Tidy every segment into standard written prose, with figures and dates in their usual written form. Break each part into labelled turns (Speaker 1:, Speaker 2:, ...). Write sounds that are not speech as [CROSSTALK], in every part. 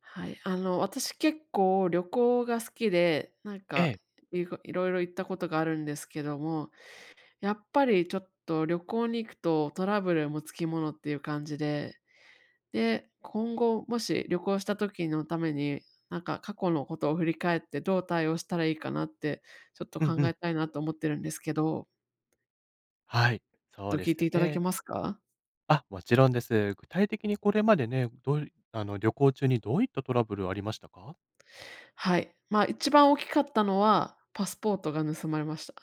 Speaker 1: はい、私結構旅行が好きで、なん
Speaker 2: え
Speaker 1: か、
Speaker 2: え。
Speaker 1: いろいろ行ったことがあるんですけども、やっぱりちょっと旅行に行くとトラブルもつきものっていう感じで、で、今後もし旅行した時のために、なんか過去のことを振り返ってどう対応したらいいかなって、ちょっと
Speaker 2: うん
Speaker 1: 考
Speaker 2: うん。
Speaker 1: えたいなと思ってるんですけど、
Speaker 2: はい。そ
Speaker 1: ち
Speaker 2: う
Speaker 1: ょっと
Speaker 2: で
Speaker 1: 聞
Speaker 2: す
Speaker 1: い
Speaker 2: よ
Speaker 1: ていただけ
Speaker 2: ね。
Speaker 1: ますか？
Speaker 2: あ、もちろんです。具体的にこれまでね、どういあの、旅行中にどういったトラブルありましたか？
Speaker 1: はい。まあ、一番大きかったのは、パスポートが盗まれました。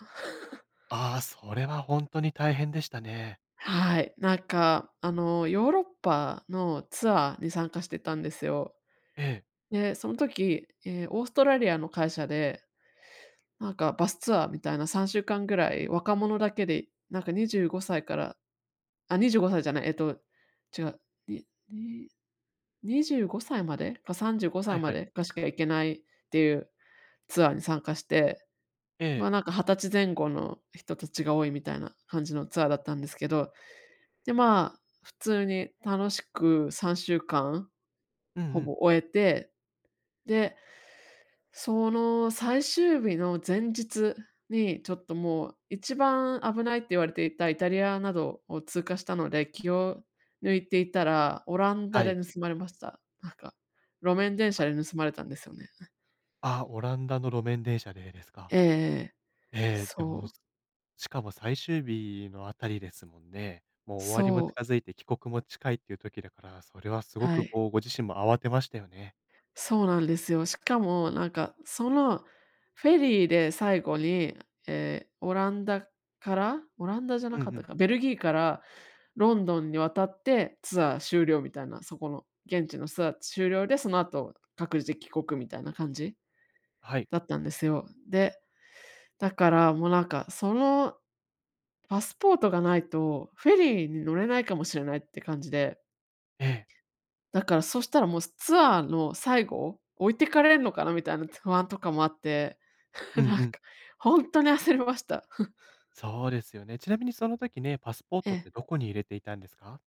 Speaker 2: ああ、それはほんとに大変でしたね。
Speaker 1: はい、なんか、ヨーロッパのツアーに参加してたんですよ。
Speaker 2: ええ。
Speaker 1: で、その時、オーストラリアの会社で、なんかバスツアーみたいな3週間ぐらい若者だけで、なんか25歳から、あ、25歳じゃない、違う、にに25歳までか35
Speaker 2: は
Speaker 1: 歳
Speaker 2: い
Speaker 1: ま
Speaker 2: はい。
Speaker 1: でかしか行けないっていうツアーに参加して、
Speaker 2: え
Speaker 1: ま
Speaker 2: え。
Speaker 1: あ、なんか20歳前後の人たちが多いみたいな感じのツアーだったんですけど、で、まあ、普通に楽しく3週間
Speaker 2: うんう
Speaker 1: ほ
Speaker 2: ん。
Speaker 1: ぼ終えて、で、その最終日の前日に、ちょっともう一番危ないって言われていたイタリアなどを通過したので、気を抜いていたら、オランダ
Speaker 2: は
Speaker 1: で
Speaker 2: い。
Speaker 1: 盗まれました。なんか、路面電車で盗まれたんですよね。
Speaker 2: ああ、オランダの路面電車でですか。
Speaker 1: ええええ。
Speaker 2: ええ、でも、
Speaker 1: そう、
Speaker 2: しかも最終日のあたりですもんね。もう終わりも
Speaker 1: そう、
Speaker 2: 近づいて帰国も近いっていう時だから、それはすご
Speaker 1: は
Speaker 2: く
Speaker 1: い。
Speaker 2: こう、ご自身も慌てましたよね。
Speaker 1: そうなんですよ。しかもなんか、そのフェリーで最後に、ええ、オランダからオランダじゃ
Speaker 2: う
Speaker 1: な
Speaker 2: んう
Speaker 1: かった
Speaker 2: ん。
Speaker 1: か、ベルギーからロンドンに渡ってツアー終了みたいな、そこの現地のツアー終了で、その後各自帰国みたいな感じ
Speaker 2: はい。
Speaker 1: だったんですよ。で、だからもうなんか、そのパスポートがないとフェリーに乗れないかもしれないって感じで
Speaker 2: ええ。
Speaker 1: だから、そしたらもうツアーの最後、置いてかれるのかなみたいな不安とかもあって、[LAUGHS]
Speaker 2: うん
Speaker 1: なん
Speaker 2: う
Speaker 1: か、
Speaker 2: ん。
Speaker 1: 本当に焦りました。
Speaker 2: そうですよね。ちなみにその時ね、パスポー
Speaker 1: [LAUGHS] え
Speaker 2: トって
Speaker 1: え、
Speaker 2: どこに入れていたんですか？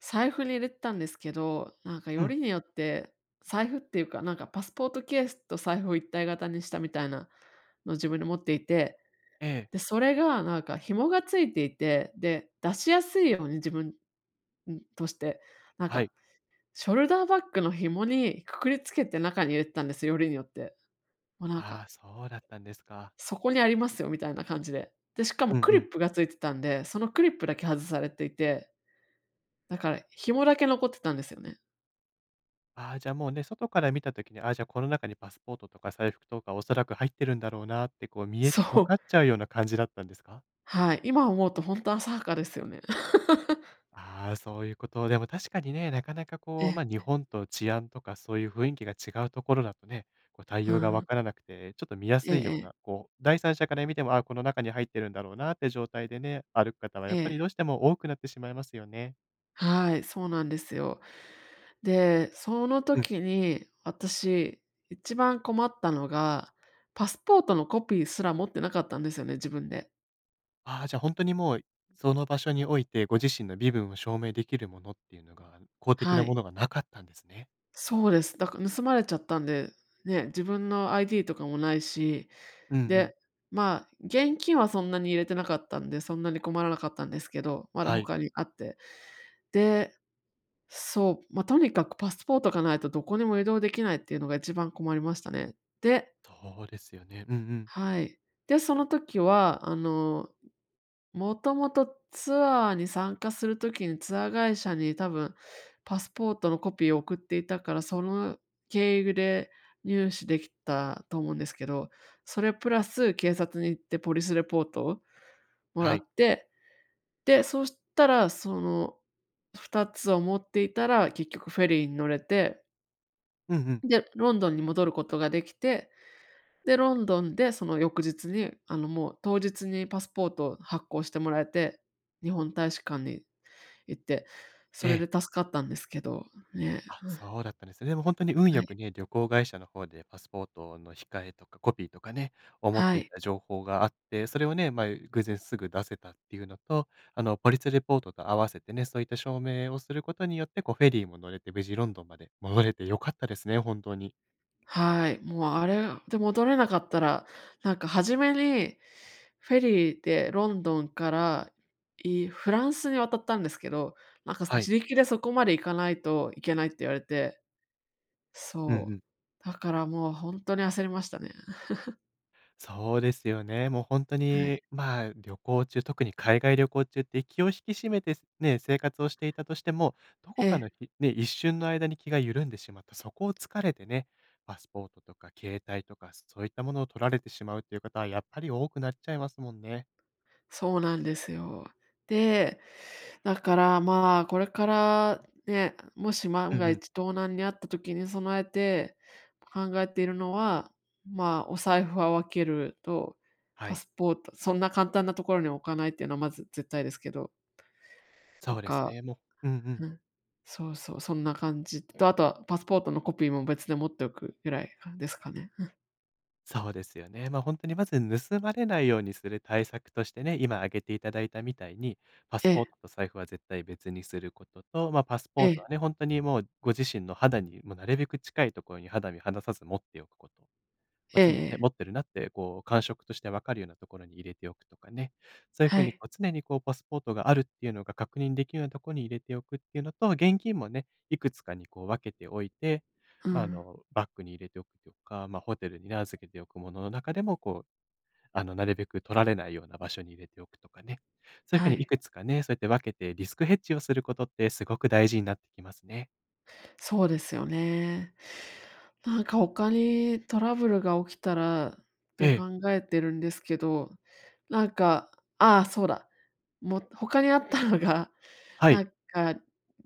Speaker 1: 財布に入れてたんですけど、なんか
Speaker 2: う
Speaker 1: よ
Speaker 2: ん。
Speaker 1: りによって、財布っていうか、なんかパスポートケースと財布を一体型にしたみたいなのを自分で持っていて、
Speaker 2: ええ、
Speaker 1: で、それがなんか紐がついていて、で、出しやすいように自分、として、なん
Speaker 2: はい。
Speaker 1: かショルダーバッグの紐にくくりつけて中に入れてたんですよ、よりによって。もうなんか
Speaker 2: ああ、そうだったんですか。
Speaker 1: そこにありますよみたいな感じで。で、しかも
Speaker 2: うん
Speaker 1: ク
Speaker 2: う
Speaker 1: リ
Speaker 2: ん。
Speaker 1: ップがついてたんで、そのクリップだけ外されていて、だから紐だけ残ってたんですよね。
Speaker 2: ああ、じゃあもうね、外から見た時に、ああ、じゃあこの中にパスポートとか財布とかおそらく入ってるんだろうなってこう
Speaker 1: そ
Speaker 2: 分かっ
Speaker 1: う。
Speaker 2: ちゃうような感じだったんですか？
Speaker 1: はい。今思うとほんと浅はかですよね。[LAUGHS]
Speaker 2: ああ、そういうこと。でも確かにね、なかなか
Speaker 1: え
Speaker 2: こう、ま、あ日
Speaker 1: え、
Speaker 2: 本と治安とかそういう雰囲気が違うところだとね、こう対
Speaker 1: う
Speaker 2: 応が分
Speaker 1: ん。
Speaker 2: からなくて、ちょっと見や
Speaker 1: え
Speaker 2: す
Speaker 1: え
Speaker 2: いよう
Speaker 1: ええ。
Speaker 2: な、こう、第三者から見ても、ああ、この中に入ってるんだろうなって状態でね、歩く方はや
Speaker 1: え
Speaker 2: っぱりどうし
Speaker 1: え。
Speaker 2: ても多くなってしまいますよね。
Speaker 1: はい、そうなんですよ。で、その
Speaker 2: うん。
Speaker 1: 時に私、一番困ったのが、パスポートのコピーすら持ってなかったんですよね、自分で。
Speaker 2: ああ、じゃあ本当にもう、その場所においてご自身の身分を証明できるものっていうのが、公的
Speaker 1: は
Speaker 2: なも
Speaker 1: い。
Speaker 2: のがなかったんですね。
Speaker 1: そうです。だから盗まれちゃったんで、ね、自分の ID とかもないし、
Speaker 2: うんうん。
Speaker 1: で、まあ、現金はそんなに入れてなかったんで、そんなに困らなかったんですけど、まだ
Speaker 2: はい、
Speaker 1: 他にあって。で、そう、まあ、とにかくパスポートがないとどこにも移動できないっていうのが一番困りましたね。で
Speaker 2: そうですよね。うんうん。
Speaker 1: はい。で、その時は、もともとツアーに参加するときに、ツアー会社に多分パスポートのコピーを送っていたから、その経由で入手できたと思うんですけど、それプラス警察に行ってポリスレポートをも
Speaker 2: は
Speaker 1: らっ
Speaker 2: い。
Speaker 1: て、で、そしたらその2つを持っていたら、結局フェリーに乗れて、
Speaker 2: うんうん。
Speaker 1: で、ロンドンに戻ることができて、で、ロンドンでその翌日に、もう当日にパスポートを発行してもらえて、日本大使館に行って、そ
Speaker 2: え
Speaker 1: れで
Speaker 2: え。
Speaker 1: 助かったんですけど、ね、
Speaker 2: あ、
Speaker 1: うん、
Speaker 2: そうだったんですね。でも本当に運
Speaker 1: は
Speaker 2: 良く
Speaker 1: い、
Speaker 2: ね、旅行会社の方でパスポートの控えとかコピーとかね、思って
Speaker 1: は
Speaker 2: い
Speaker 1: い、
Speaker 2: た情報があって、それをね、まあ、偶然すぐ出せたっていうのと、ポリスレポートと合わせてね、そういった証明をすることによって、こうフェリーも乗れて無事ロンドンまで戻れて良かったですね、本当に。
Speaker 1: はい、もうあれで戻れなかったら、なんか初めにフェリーでロンドンから、フランスに渡ったんですけど、なんか
Speaker 2: はい。
Speaker 1: 自力でそこまで行かないといけないって言われて、
Speaker 2: うんう
Speaker 1: そう、
Speaker 2: ん。
Speaker 1: だからもうほんとに焦りましたね。
Speaker 2: そうですよね。もう本当
Speaker 1: はい、
Speaker 2: に、まあ、旅行中、特に海外旅行中って気を引き締めて、ね、生活をしていたとしても、どこ
Speaker 1: え
Speaker 2: かの
Speaker 1: え。
Speaker 2: ひね、一瞬の間に気が緩んでしまった、そこを疲れてね、パスポートとか携帯とか、そういったものを取られてしまうっていう方はやっぱり多くなっちゃいますもんね。
Speaker 1: そうなんですよ。で、だからまあ、これからね、もし
Speaker 2: う
Speaker 1: 万
Speaker 2: ん
Speaker 1: が
Speaker 2: うん、
Speaker 1: 一盗難に遭った時に備えて考えているのは、まあ、お財布は分けると、
Speaker 2: は
Speaker 1: パ
Speaker 2: い、
Speaker 1: スポート、そんな簡単なところに置かないっていうのはまず絶対ですけど、
Speaker 2: そ
Speaker 1: と
Speaker 2: うです
Speaker 1: か、
Speaker 2: ね、もう、うんう
Speaker 1: う
Speaker 2: ん。
Speaker 1: ん、そうそう、そんな感じと、あとはパスポートのコピーも別で持っておくぐらいですかね。
Speaker 2: そうですよね。まあ、本当にまず盗まれないようにする対策としてね、今挙げていただいたみたいに、パスポートと財布は絶対別にすることと、まあ、パスポートはね、本当にもうご自身の肌にもうなるべく近いところに肌身離さず持っておくこと。まあ、
Speaker 1: ええええ、
Speaker 2: 常
Speaker 1: え
Speaker 2: に
Speaker 1: え
Speaker 2: ね、
Speaker 1: え
Speaker 2: 持
Speaker 1: え
Speaker 2: ってるなって、こう、感触として分かるようなところに入れておくとかね、そういう風
Speaker 1: は
Speaker 2: に
Speaker 1: い、
Speaker 2: こう常にこうパスポートがあるっていうのが確認できるようなところに入れておくっていうのと、現金もね、いくつかにこう分けておいて、
Speaker 1: う
Speaker 2: まあ、
Speaker 1: ん、
Speaker 2: バッグに入れておくとか、まあ、ホテルにね、預けておくものの中でも、こう、なるべく取られないような場所に入れておくとかね、そういう風
Speaker 1: は
Speaker 2: にい
Speaker 1: い。
Speaker 2: くつかね、そうやって分けてリスクヘッジをすることってすごく大事になってきますね。
Speaker 1: そうですよね。なんか他にトラブルが起きたらっ
Speaker 2: え
Speaker 1: て
Speaker 2: え、
Speaker 1: 考えてるんですけど、なんか、ああ、そうだ。もう他にあったのが、[LAUGHS]
Speaker 2: はい。
Speaker 1: なんか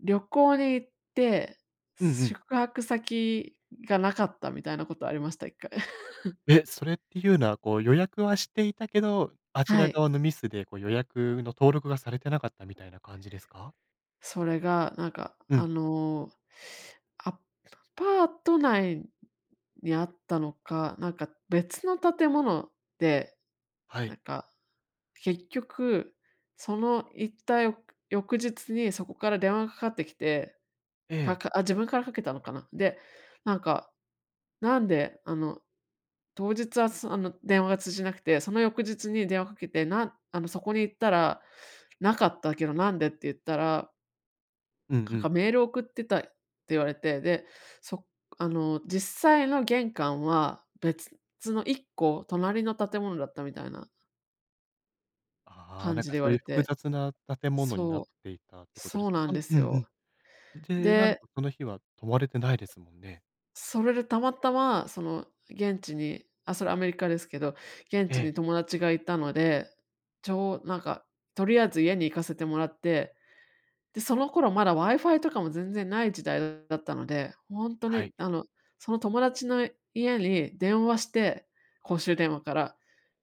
Speaker 1: 旅行に行って、
Speaker 2: うんうん。
Speaker 1: 宿泊先がなかったみたいなことありました、一回。[LAUGHS]
Speaker 2: え、それっていうのは、こう、予約はしていたけど、あち
Speaker 1: は
Speaker 2: ら
Speaker 1: い。
Speaker 2: 側のミスで、こう、予約の登録がされてなかったみたいな感じですか？
Speaker 1: それがなんか、
Speaker 2: うん、
Speaker 1: アパート内にあったのか、なんか別の建物で、
Speaker 2: は
Speaker 1: な
Speaker 2: い。
Speaker 1: んか結局、その行ったよ翌日にそこから電話がかかってきて、
Speaker 2: え
Speaker 1: か
Speaker 2: え。
Speaker 1: かあ、自分からかけたのかな。で、なんか、なんで、当日は、そあの、電話が通じなくて、その翌日に電話かけて、なんあの、そこに行ったら、なかったけど、なんでって言ったら、
Speaker 2: うんう
Speaker 1: なんか
Speaker 2: ん。
Speaker 1: メール送ってたって言われて、で、そあの、実際の玄関は別の一個隣の建物だったみたいな
Speaker 2: ああ、
Speaker 1: 感
Speaker 2: なん
Speaker 1: じ
Speaker 2: か
Speaker 1: で
Speaker 2: そ
Speaker 1: 言わ
Speaker 2: ういう
Speaker 1: れ
Speaker 2: 複
Speaker 1: て。
Speaker 2: 雑な建物になっ
Speaker 1: そう。
Speaker 2: ていたってことで
Speaker 1: そ
Speaker 2: す
Speaker 1: う
Speaker 2: か？
Speaker 1: なんで
Speaker 2: う
Speaker 1: す
Speaker 2: ん
Speaker 1: よ。
Speaker 2: うん。で、なる
Speaker 1: で、
Speaker 2: とその日は泊まれてないですもんね。
Speaker 1: それでたまたま、その、現地にあ、それアメリカですけど、現
Speaker 2: え
Speaker 1: 地に
Speaker 2: え、
Speaker 1: 友達がいたので、ちょうなんか、とりあえず家に行かせてもらって、で、その頃まだ Wi-Fi とかも全然ない時代だったので、ほんと
Speaker 2: は
Speaker 1: に、
Speaker 2: い。
Speaker 1: その友達の家に電話して、公衆電話から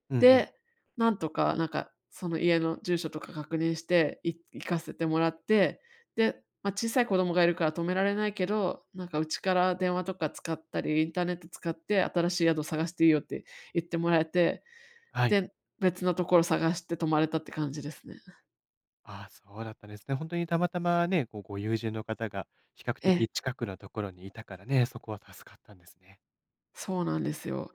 Speaker 2: うんうん。
Speaker 1: で、なんとか、なんか、その家の住所とか確認して、行かせてもらって、で、ま、小さい子供がいるから止められないけど、なんかうちから電話とか使ったり、インターネット使って新しい宿探していいよって言ってもらえて、
Speaker 2: はい。
Speaker 1: で、別のところ探して泊まれたって感じですね。
Speaker 2: ああ、そうだったんですね。ほんとにたまたまね、こう、ご友人の方が比較
Speaker 1: え
Speaker 2: 的
Speaker 1: え、
Speaker 2: 近くのところにいたからね、そこは助かったんですね。
Speaker 1: そうなんですよ。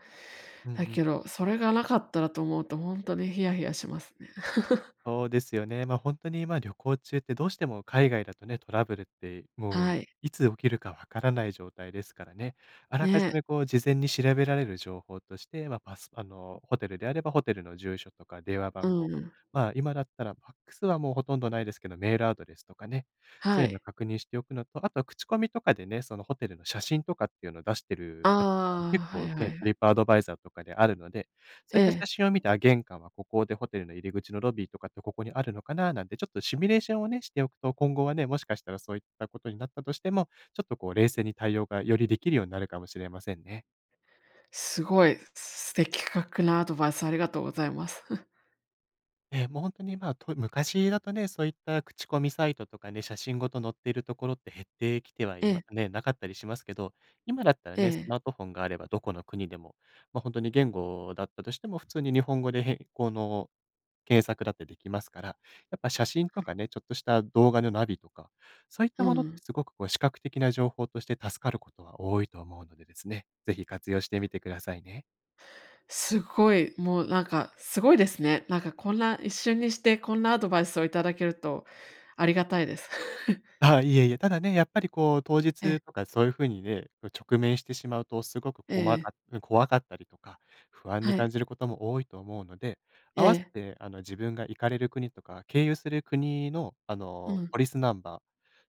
Speaker 2: うんう
Speaker 1: だ
Speaker 2: ん。
Speaker 1: けど、それがなかったらと思うとほんとにヒヤヒヤしますね。[LAUGHS]
Speaker 2: そうですよね。ま、あ本当に、ま、旅行中ってどうしても海外だとね、トラブルってもう
Speaker 1: はい。
Speaker 2: いつ起きるかわからない状態ですからね。あらかじ
Speaker 1: ね、
Speaker 2: めこう事前に調べられる情報として、ま、パスあの、ホテルであればホテルの住所とか電話
Speaker 1: う
Speaker 2: 番号、
Speaker 1: んうん。
Speaker 2: まあ、今だったらファックスはもうほとんどないですけど、メールアドレスとかね、そう
Speaker 1: は
Speaker 2: いうのを
Speaker 1: い。
Speaker 2: 確認しておくのと、あとは口コミとかでね、そのホテルの写真とかっていうのを出してる方とかも結
Speaker 1: ああ、は
Speaker 2: 構
Speaker 1: いは
Speaker 2: ね、
Speaker 1: い。
Speaker 2: トリップアドバイザーとかであるので、そうい
Speaker 1: え
Speaker 2: った写
Speaker 1: え。
Speaker 2: 真を見て、あ、玄関はここで、ホテルの入り口のロビーとかってここにあるのかななんて、ちょっとシミュレーションをね、しておくと、今後はね、もしかしたらそういったことになったとしても、ちょっとこう冷静に対応がよりできるようになるかもしれませんね。
Speaker 1: すごい、素敵確なアドバイスありがとうございます。[LAUGHS]
Speaker 2: もう本当に、まあ、昔だとね、そういった口コミサイトとかね、写真ごと載っているところって減ってきては、
Speaker 1: え
Speaker 2: 今
Speaker 1: え、
Speaker 2: ね、なかったりしますけど、今だったら
Speaker 1: え
Speaker 2: ね、ス
Speaker 1: え、
Speaker 2: マートフォンがあればどこの国でも、ま、あ本当に言語だったとしても、普通に日本語でこの検索だってできますから、やっぱ写真とかね、ちょっとした動画のナビとか、そういった
Speaker 1: う
Speaker 2: ものって
Speaker 1: ん。
Speaker 2: すごくこう視覚的な情報として助かることは多いと思うのでですね、ぜひ活用してみてくださいね。
Speaker 1: すごい、もうなんか、すごいですね。なんかこんな一瞬にしてこんなアドバイスをいただけるとありがたいです。[LAUGHS]
Speaker 2: あ、いえいえ、ただね、やっぱりこう当
Speaker 1: ええ、
Speaker 2: 日とかそういう風にね、直面してしまうとすごく
Speaker 1: え
Speaker 2: こまか
Speaker 1: え、
Speaker 2: 怖かったりとか、不安に
Speaker 1: は
Speaker 2: 感
Speaker 1: い、
Speaker 2: じることも多いと思うので、合
Speaker 1: え
Speaker 2: わせ
Speaker 1: え、
Speaker 2: て自分が行かれる国とか、経由する国の
Speaker 1: うん、
Speaker 2: ポリスナンバー、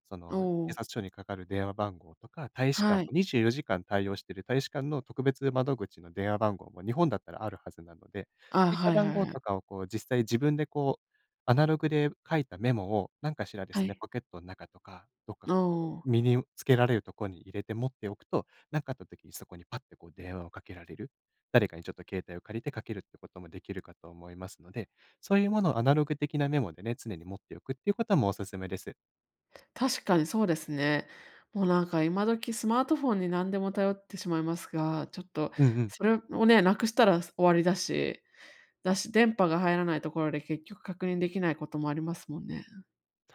Speaker 2: そ
Speaker 1: お
Speaker 2: の警
Speaker 1: お、
Speaker 2: 察署にかかる電話番号とか、大使館
Speaker 1: は
Speaker 2: も
Speaker 1: い。
Speaker 2: 24時間対応している大使館の特別窓口の電話番号も日本だったらあるはずなので、そ
Speaker 1: あ、
Speaker 2: ういった
Speaker 1: はい
Speaker 2: 番
Speaker 1: は
Speaker 2: 号
Speaker 1: いはい。
Speaker 2: とかをこう実際自分でこうアナログで書いたメモを、なんかしらで
Speaker 1: は
Speaker 2: すね、
Speaker 1: い。
Speaker 2: ポケットの中とか、どっか
Speaker 1: お
Speaker 2: こう、
Speaker 1: お、
Speaker 2: 身につけられるとこに入れて持っておくと、なんかあった時にそこにパッてこう電話をかけられる。誰かにちょっと携帯を借りてかけるってこともできるかと思いますので、そういうものをアナログ的なメモでね、常に持っておくっていうこともおすすめです。
Speaker 1: 確かにそうですね。もうなんか今時スマートフォンに何でも頼ってしまいますが、ちょっと
Speaker 2: うんうん。
Speaker 1: それをね、なくしたら終わりだし電波が入らないところで結局確認できないこともありますもんね。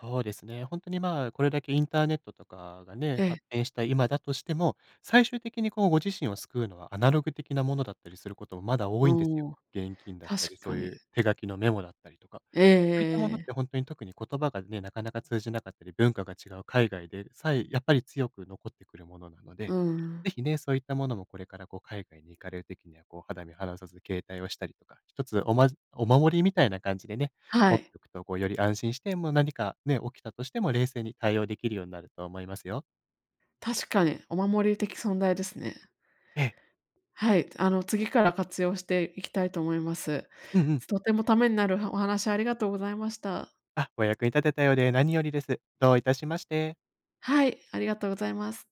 Speaker 2: そうですね。本当に、まあ、これだけインターネットとかがね、
Speaker 1: ええ、
Speaker 2: 発展した今だとしても、最終的にこうご自身を救うのはアナログ的なものだったりすることもまだ多いんですよ。
Speaker 1: うん、
Speaker 2: 現金だったり、
Speaker 1: 確
Speaker 2: そ
Speaker 1: か
Speaker 2: うい
Speaker 1: に。
Speaker 2: う手書きのメモだったりとか。
Speaker 1: えええ
Speaker 2: そういったも
Speaker 1: え
Speaker 2: の
Speaker 1: え
Speaker 2: っ
Speaker 1: え。
Speaker 2: て本当に特に言葉がね、なかなか通じなかったり、文化が違う海外でさえ、やっぱり強く残ってくるものなの
Speaker 1: う
Speaker 2: で、
Speaker 1: ん
Speaker 2: ぜひね、そういったものもこれからこう海外に行かれる時には、こう肌身離さず携帯をしたりとか、一つお守りみたいな感じでね、
Speaker 1: は
Speaker 2: 持って
Speaker 1: い、
Speaker 2: おくとこうより安心して、もう何かね、起きたとしても冷静に対応できるようになると思いますよ。
Speaker 1: 確かにお守り的存在ですね。
Speaker 2: ええ。
Speaker 1: はい、次から活用していきたいと思います。
Speaker 2: うんうん。
Speaker 1: とてもためになるお話ありがとうございました。
Speaker 2: あ、お役に立てたようで何よりです。どういたしまして。
Speaker 1: はい、ありがとうございます。